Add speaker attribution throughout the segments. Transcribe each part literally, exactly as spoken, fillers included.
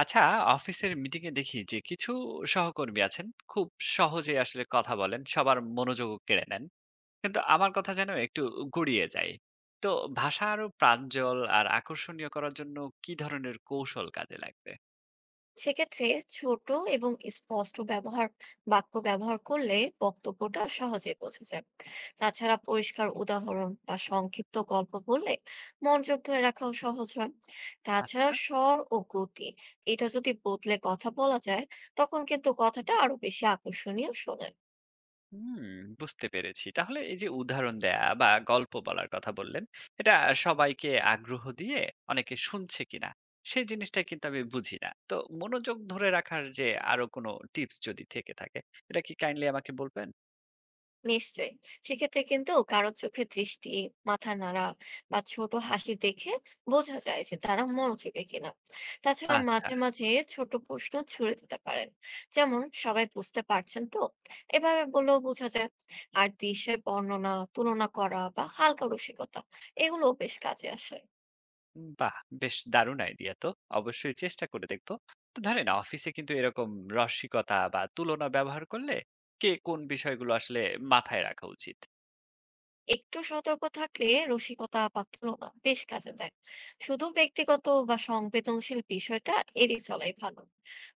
Speaker 1: আচ্ছা, অফিসের মিটিং এ দেখি যে কিছু সহকর্মী আছেন খুব সহজে আসলে কথা বলেন, সবার মনোযোগ কেড়ে নেন, কিন্তু আমার কথা যেন একটু গুড়িয়ে যায়। তো ভাষা আরো প্রাঞ্জল আর আকর্ষণীয় করার জন্য কি ধরনের কৌশল কাজে লাগবে?
Speaker 2: সেক্ষেত্রে ছোট এবং স্পষ্ট ব্যবহার বাক্য ব্যবহার করলে বক্তব্যটা সহজে বোঝা যায়। তাছাড়া পরিষ্কার উদাহরণ বা সংক্ষিপ্ত গল্প বললে মনোযোগ ধরে রাখাও সহজ হয়। তাছাড়া
Speaker 1: আচ্ছা।
Speaker 2: স্বর ও গতি এটা যদি বদলে কথা বলা যায়, তখন কিন্তু কথাটা আরো বেশি আকর্ষণীয় শোনে।
Speaker 1: হুম, বুঝতে পেরেছি। তাহলে এই যে উদাহরণ দেয়া বা গল্প বলার কথা বললেন, এটা সবাইকে আগ্রহ দিয়ে অনেকে শুনছে কিনা, সেই জিনিসটা কিন্তু আমি বুঝি না। তো মনোযোগ ধরে রাখার যে আরো কোনো টিপস যদি থেকে থাকে, এটা কি কাইন্ডলি আমাকে বলবেন?
Speaker 2: নিশ্চয়ই, সেক্ষেত্রে কিন্তু কারো চোখে দৃষ্টি, মাথা নাড়া বা ছোট হাসি দেখে বোঝা যায় যে তারা মনোযোগী কিনা। তাছাড়া
Speaker 1: আচ্ছা,
Speaker 2: মাঝে মাঝে ছোট প্রশ্ন ছুড়ে দিতে পারেন, যেমন সবাই বুঝতে পারছেন তো, এভাবে বললেও বোঝা যায়। আর দৃশ্যের বর্ণনা, তুলনা করা বা হালকা রসিকতা, এগুলোও বেশ কাজে আসে।
Speaker 1: বাহ! বেশ দারুণ আইডিয়া তো। অবশ্যই চেষ্টা করে দেখব। তো ধরেন অফিসে কিন্তু এরকম রসিকতা বা তুলনা ব্যবহার করলে কে কোন বিষয়গুলো আসলে মাথায় রাখা উচিত?
Speaker 2: একটু সতর্ক থাকলে রসিকতা বা তুলনা বেশ কাজে দেয়। শুধু ব্যক্তিগত বা সংবেদনশীল বিষয়টা এড়িয়ে চলাই ভালো।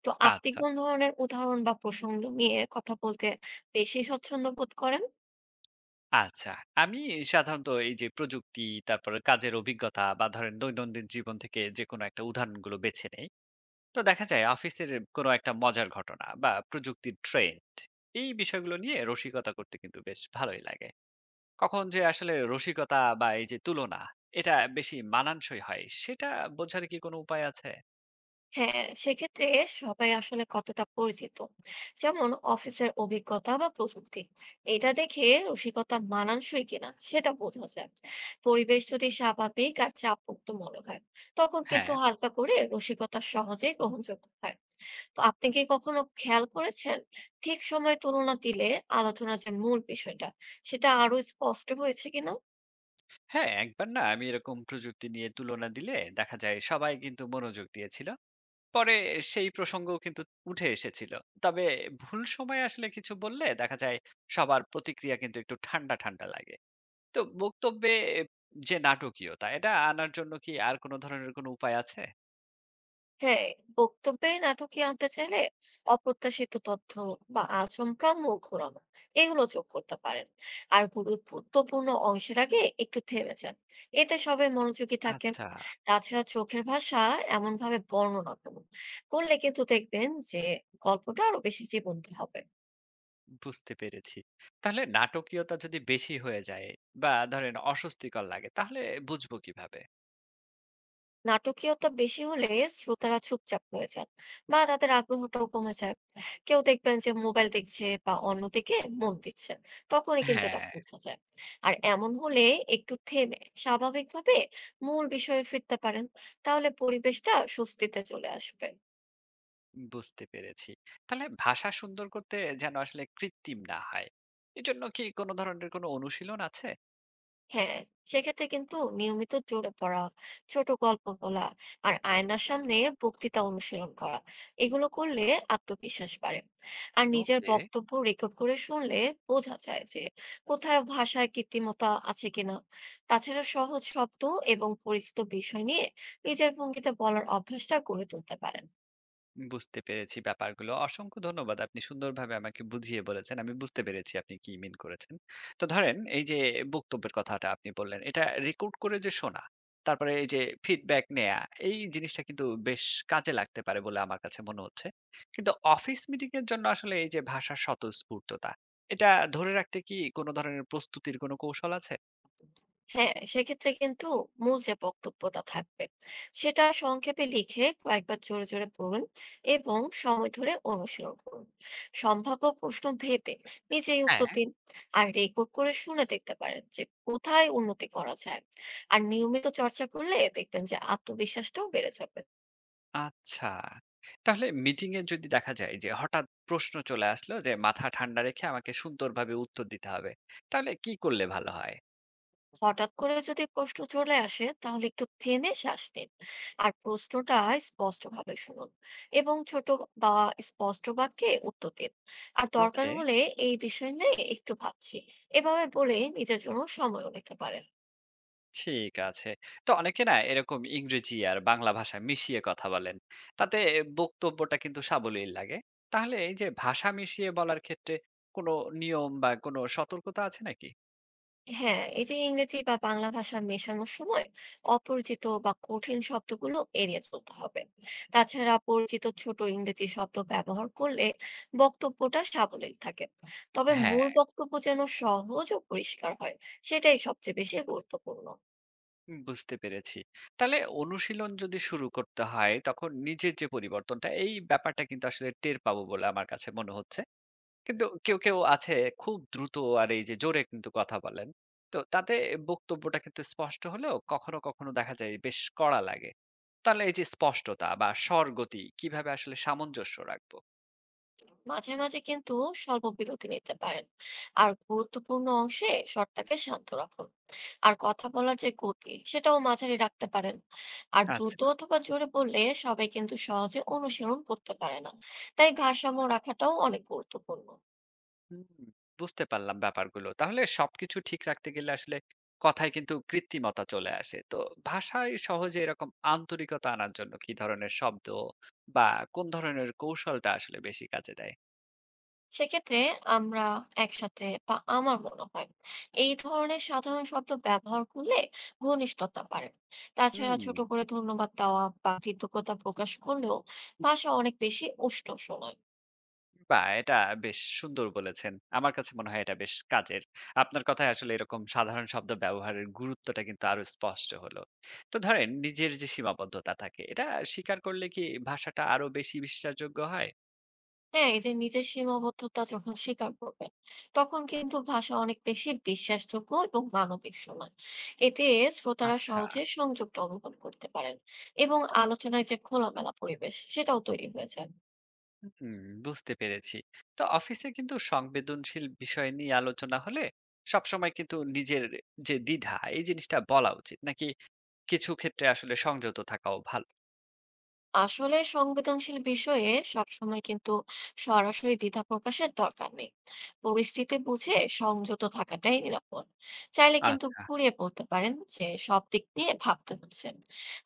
Speaker 2: তো আপনি
Speaker 1: আচ্ছা।
Speaker 2: কোন ধরনের উদাহরণ বা প্রসঙ্গ নিয়ে কথা বলতে বেশি স্বচ্ছন্দ বোধ করেন?
Speaker 1: আচ্ছা। আমি সাধারণত এই যে প্রযুক্তি, তারপরে কাজের অভিজ্ঞতা বা ধরেন দৈনন্দিন জীবন থেকে যেকোনো একটা উদাহরণগুলো বেছে নেই। তো দেখা যায় অফিসের কোনো একটা মজার ঘটনা বা প্রযুক্তির ট্রেন্ড, এই বিষয়গুলো নিয়ে রসিকতা করতে কিন্তু বেশ ভালোই লাগে। কখন যে আসলে রসিকতা বা এই যে তুলনা, এটা বেশি মানানসই হয় সেটা বোঝার কি কোনো উপায় আছে?
Speaker 2: হ্যাঁ, সেক্ষেত্রে সবাই আসলে কতটা পরিচিত, যেমন অফিসের অভিজ্ঞতা বা প্রযুক্তি, এটা দেখে রসিকতা মানানসই কিনা সেটা বোঝা যায়। পরিবেশ যদি স্বাভাবিক আর চাপমুক্ত মনে হয়, তখন
Speaker 1: হ্যাঁ,
Speaker 2: কিন্তু হালকা করে রসিকতা সহজেই গ্রহণযোগ্য হয়। তো আপনি কি কখনো খেয়াল করেছেন, ঠিক সময় তুলনা দিলে আলোচনার যে মূল বিষয়টা সেটা আরো স্পষ্ট হয়েছে কিনা?
Speaker 1: হ্যাঁ একবার না আমি এরকম প্রযুক্তি নিয়ে তুলনা দিলে দেখা যায় সবাই কিন্তু মনোযোগ দিয়েছিল। পরে সেই প্রসঙ্গও কিন্তু উঠে এসেছিল। তবে ভুল সময়ে আসলে কিছু বললে দেখা যায় সবার প্রতিক্রিয়া কিন্তু একটু ঠান্ডা, ঠান্ডা লাগে। তো বক্তব্যে যে নাটকীয়তা এটা আনার জন্য কি আর কোন ধরনের কোন উপায় আছে?
Speaker 2: হ্যাঁ, বক্তব্যে নাটকীয় আনতে চাইলে অপ্রত্যাশিত তথ্য বা আচমকা মুখ ঘোরানো এগুলো যোগ করতে পারেন। আর গুরুত্বপূর্ণ অংশের আগে একটু থেমে যান, এতে সবাই মনোযোগী থাকে।
Speaker 1: আচ্ছা,
Speaker 2: তাছাড়া চোখের ভাষা এমন ভাবে বর্ণনা করুন, করলে কিন্তু দেখবেন যে গল্পটা আরো বেশি জীবন্ত হবে।
Speaker 1: বুঝতে পেরেছি। তাহলে নাটকীয়তা যদি বেশি হয়ে যায় বা ধরেন অস্বস্তিকর লাগে তাহলে বুঝবো কিভাবে?
Speaker 2: নাটকীয়তা বেশি হলে শ্রোতারা চুপচাপ হয়ে যান বা তাদের আগ্রহটাও কমে যায়। কেউ দেখবেন যে মোবাইল দেখছে বা অন্যদিকে মন দিচ্ছে, তখনই কিন্তু এটা
Speaker 1: হ্যাঁ,
Speaker 2: বোঝা যায়। আর এমন হলে একটু থেমে স্বাভাবিকভাবে মূল বিষয়ে ফিরতে পারেন, তাহলে পরিবেশটা স্বস্তিতে চলে আসবে।
Speaker 1: বুঝতে পেরেছি। তাহলে ভাষা সুন্দর করতে যেন আসলে কৃত্রিম না হয়। এজন্য কি কোন ধরনের কোন অনুশীলন আছে?
Speaker 2: হ্যাঁ, সেক্ষেত্রে কিন্তু নিয়মিত জোরে পড়া, ছোট গল্প বলা আর আয়নার সামনে বক্তৃতা অনুশীলন করা, এগুলো করলে আত্মবিশ্বাস বাড়ে। আর নিজের
Speaker 1: ওকে।
Speaker 2: বক্তব্য রেকর্ড করে শুনলে বোঝা যায় যে কোথায় ভাষায় কৃত্রিমতা আছে কিনা। তাছাড়া সহজ শব্দ এবং পরিচিত বিষয় নিয়ে নিজের ভঙ্গিতে বলার অভ্যাসটা গড়ে তুলতে পারেন।
Speaker 1: বুঝতে পেরেছি ব্যাপারগুলো। অসংখ্য ধন্যবাদ। আপনি সুন্দরভাবে আমাকে বুঝিয়ে বলেছেন। আমি বুঝতে পেরেছি আপনি কি মিন করেছেন। তো ধরেন এই যে বক্তব্যের কথাটা আপনি বললেন, এটা রেকর্ড করে যে শোনা, তারপরে এই যে ফিডব্যাক নেয়া, এই জিনিসটা কিন্তু বেশ কাজে লাগতে পারে বলে আমার কাছে মনে হচ্ছে। কিন্তু অফিস মিটিং এর জন্য আসলে এই যে ভাষার স্বতঃস্ফূর্ততা, এটা ধরে রাখতে কি কোন ধরনের প্রস্তুতির কোন কৌশল আছে?
Speaker 2: হ্যাঁ, সেক্ষেত্রে কিন্তু মূল যে বক্তব্যটা থাকবে সেটা সংক্ষেপে লিখে কয়েকবার জোরে জোরে পড়ুন এবং সময় ধরে অনুশীলন করুন। সম্ভাব্য প্রশ্ন ভেবে নিজেই
Speaker 1: হ্যাঁ।
Speaker 2: উত্তর দিন। আর রেকর্ড করে শুনে দেখতে পারেন যে কোথায় উন্নতি করা যায়। আর নিয়মিত চর্চা করলে দেখবেন যে আত্মবিশ্বাসটাও বেড়ে যাবে।
Speaker 1: আচ্ছা। তাহলে মিটিং এ যদি দেখা যায় যে হঠাৎ প্রশ্ন চলে আসলো যে মাথা ঠান্ডা রেখে আমাকে সুন্দরভাবে উত্তর দিতে হবে। তাহলে কি করলে ভালো হয়?
Speaker 2: হঠাৎ করে যদি প্রশ্ন চলে আসে, তাহলে একটু থেমে শ্বাস নিন আর প্রশ্নটা স্পষ্টভাবে শুনুন এবং ছোট বা স্পষ্ট বাক্যে উত্তর দিন। আর দরকার
Speaker 1: ওকে,
Speaker 2: হলে এই বিষয় নিয়ে একটু ভাবছি, এভাবে বলে নিজের জন্য সময়ও নিতে পারেন।
Speaker 1: ঠিক আছে। তো অনেকে না এরকম ইংরেজি আর বাংলা ভাষা মিশিয়ে কথা বলেন। তাতে বক্তব্যটা কিন্তু সাবলীল লাগে। তাহলে এই যে ভাষা মিশিয়ে বলার ক্ষেত্রে কোনো নিয়ম বা কোনো সতর্কতা আছে নাকি?
Speaker 2: হ্যাঁ, এই যে ইংরেজি বা বাংলা ভাষা মেশানোর সময় অপরিচিত বা কঠিন শব্দগুলো এড়িয়ে চলতে হবে। তাছাড়া পরিচিত ছোট ইংরেজি শব্দ ব্যবহার করলে বক্তব্যটা সাবলীল থাকে। তবে
Speaker 1: হ্যাঁ,
Speaker 2: মূল বক্তব্য যেন সহজ ও পরিষ্কার হয়, সেটাই সবচেয়ে বেশি গুরুত্বপূর্ণ।
Speaker 1: বুঝতে পেরেছি। তাহলে অনুশীলন যদি শুরু করতে হয় তখন নিজের যে পরিবর্তনটা এই ব্যাপারটা কিন্তু আসলে টের পাবো বলে আমার কাছে মনে হচ্ছে। কিন্তু কেউ, কেউ আছে খুব দ্রুত আর এই যে জোরে কিন্তু কথা বলেন। তো তাতে বক্তব্যটা কিন্তু স্পষ্ট হলেও কখনো, কখনো দেখা যায় বেশ কড়া লাগে। তাহলে এই যে স্পষ্টতা বা স্বরগতি কিভাবে আসলে সামঞ্জস্য রাখবো?
Speaker 2: মাঝে মাঝে কিন্তু স্বল্প বিরতি নিতে পারেন আর গুরুত্বপূর্ণ অংশে স্বরটাকে শান্ত রাখুন। আর কথা বলার যে গতি সেটাও মাঝারি রাখতে পারেন। আর
Speaker 1: আচ্ছা।
Speaker 2: দ্রুত অথবা জোরে বললে সবাই কিন্তু সহজে অনুসরণ করতে পারে না, তাই ভারসাম্য রাখাটাও অনেক গুরুত্বপূর্ণ।
Speaker 1: হুম, বুঝতে পারলাম ব্যাপারগুলো। তাহলে সবকিছু ঠিক রাখতে গেলে আসলে কথায় কিন্তু কৃত্রিমতা চলে আসে। তো ভাষায় সহজে এরকম আন্তরিকতা আনার জন্য কি ধরনের শব্দ বা কোন ধরনের কৌশলটা আসলে বেশি কাজে দেয়?
Speaker 2: সেক্ষেত্রে আমরা একসাথে বা আমার মনে হয়, এই ধরনের সাধারণ শব্দ ব্যবহার করলে ঘনিষ্ঠতা বাড়ে। তাছাড়া
Speaker 1: হুম,
Speaker 2: ছোট করে ধন্যবাদ দেওয়া বা কৃতজ্ঞতা প্রকাশ করলেও ভাষা অনেক বেশি উষ্ণ শোনায়।
Speaker 1: বাহ! এটা বেশ সুন্দর বলেছেন। আমার কাছে মনে হয় এটা বেশ কাজের। আপনার কথায় আসলে এরকম সাধারণ শব্দ ব্যবহারের গুরুত্বটা কিন্তু আরো স্পষ্ট হলো। তো ধরেন নিজের যে সীমাবদ্ধতা থাকে এটা স্বীকার করলে কি ভাষাটা আরো বেশি বিশ্বাসযোগ্য হয়?
Speaker 2: হ্যাঁ, এই যে নিজের সীমাবদ্ধতা যখন স্বীকার করবেন, তখন কিন্তু ভাষা অনেক বেশি বিশ্বাসযোগ্য এবং মানবিক শোনায়। এতে শ্রোতারা
Speaker 1: আচ্ছা।
Speaker 2: সহজে সংযোগটা অনুভব করতে পারেন এবং আলোচনায় যে খোলামেলা পরিবেশ, সেটাও তৈরি হয়ে যায়।
Speaker 1: হুম, বুঝতে পেরেছি। তো অফিসে কিন্তু সংবেদনশীল বিষয় নিয়ে আলোচনা হলে সবসময় কিন্তু নিজের যে দ্বিধা এই জিনিসটা বলা উচিত নাকি কিছু ক্ষেত্রে আসলে সংযত থাকাও ভালো?
Speaker 2: আসলে সংবেদনশীল বিষয়ে সবসময় কিন্তু সরাসরি দ্বিধা প্রকাশের দরকার নেই। পরিস্থিতি বুঝে সংযত থাকাটাই নিরাপদ। চাইলে কিন্তু
Speaker 1: আচ্ছা,
Speaker 2: ঘুরিয়ে বলতে পারেন যে সব দিক নিয়ে ভাবতে হচ্ছে।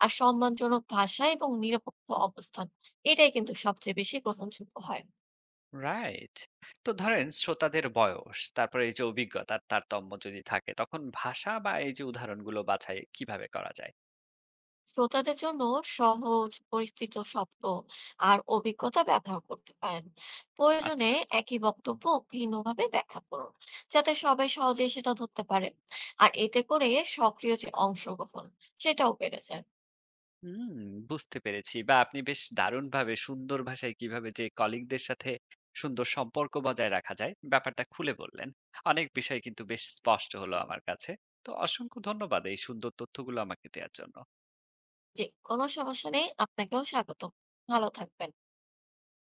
Speaker 2: আর সম্মানজনক ভাষা এবং নিরপেক্ষ অবস্থান, এটাই কিন্তু সবচেয়ে বেশি গ্রহণযোগ্য হয়।
Speaker 1: রাইট। তো ধরেন শ্রোতাদের বয়স তারপরে এই যে অভিজ্ঞতার তারতম্য যদি থাকে তখন ভাষা বা এই যে উদাহরণগুলো বাছাই কিভাবে করা যায়?
Speaker 2: শ্রোতাদের জন্য সহজ পরিচিত শব্দ আর অভিজ্ঞতা ব্যবহার করতে পারেন।
Speaker 1: আচ্ছা।
Speaker 2: প্রয়োজনে একই বক্তব্য ভিন্নভাবে ব্যাখ্যা করুন, যাতে সবাই সহজে সেটা ধরতে পারে। আর এতে করে সক্রিয় যে অংশগ্রহণ সেটাও বেড়ে যায়।
Speaker 1: হুম, বুঝতে পেরেছি। বা আপনি বেশ দারুণভাবে সুন্দর ভাষায় কিভাবে যে কলিগদের সাথে সুন্দর সম্পর্ক বজায় রাখা যায়, ব্যাপারটা খুলে বললেন। অনেক বিষয় কিন্তু বেশ স্পষ্ট হলো আমার কাছে। তো অসংখ্য ধন্যবাদ এই সুন্দর তথ্যগুলো আমাকে দেওয়ার জন্য।
Speaker 2: যে কোনো সমস্যা নেই, আপনাকেও স্বাগত। ভালো থাকবেন।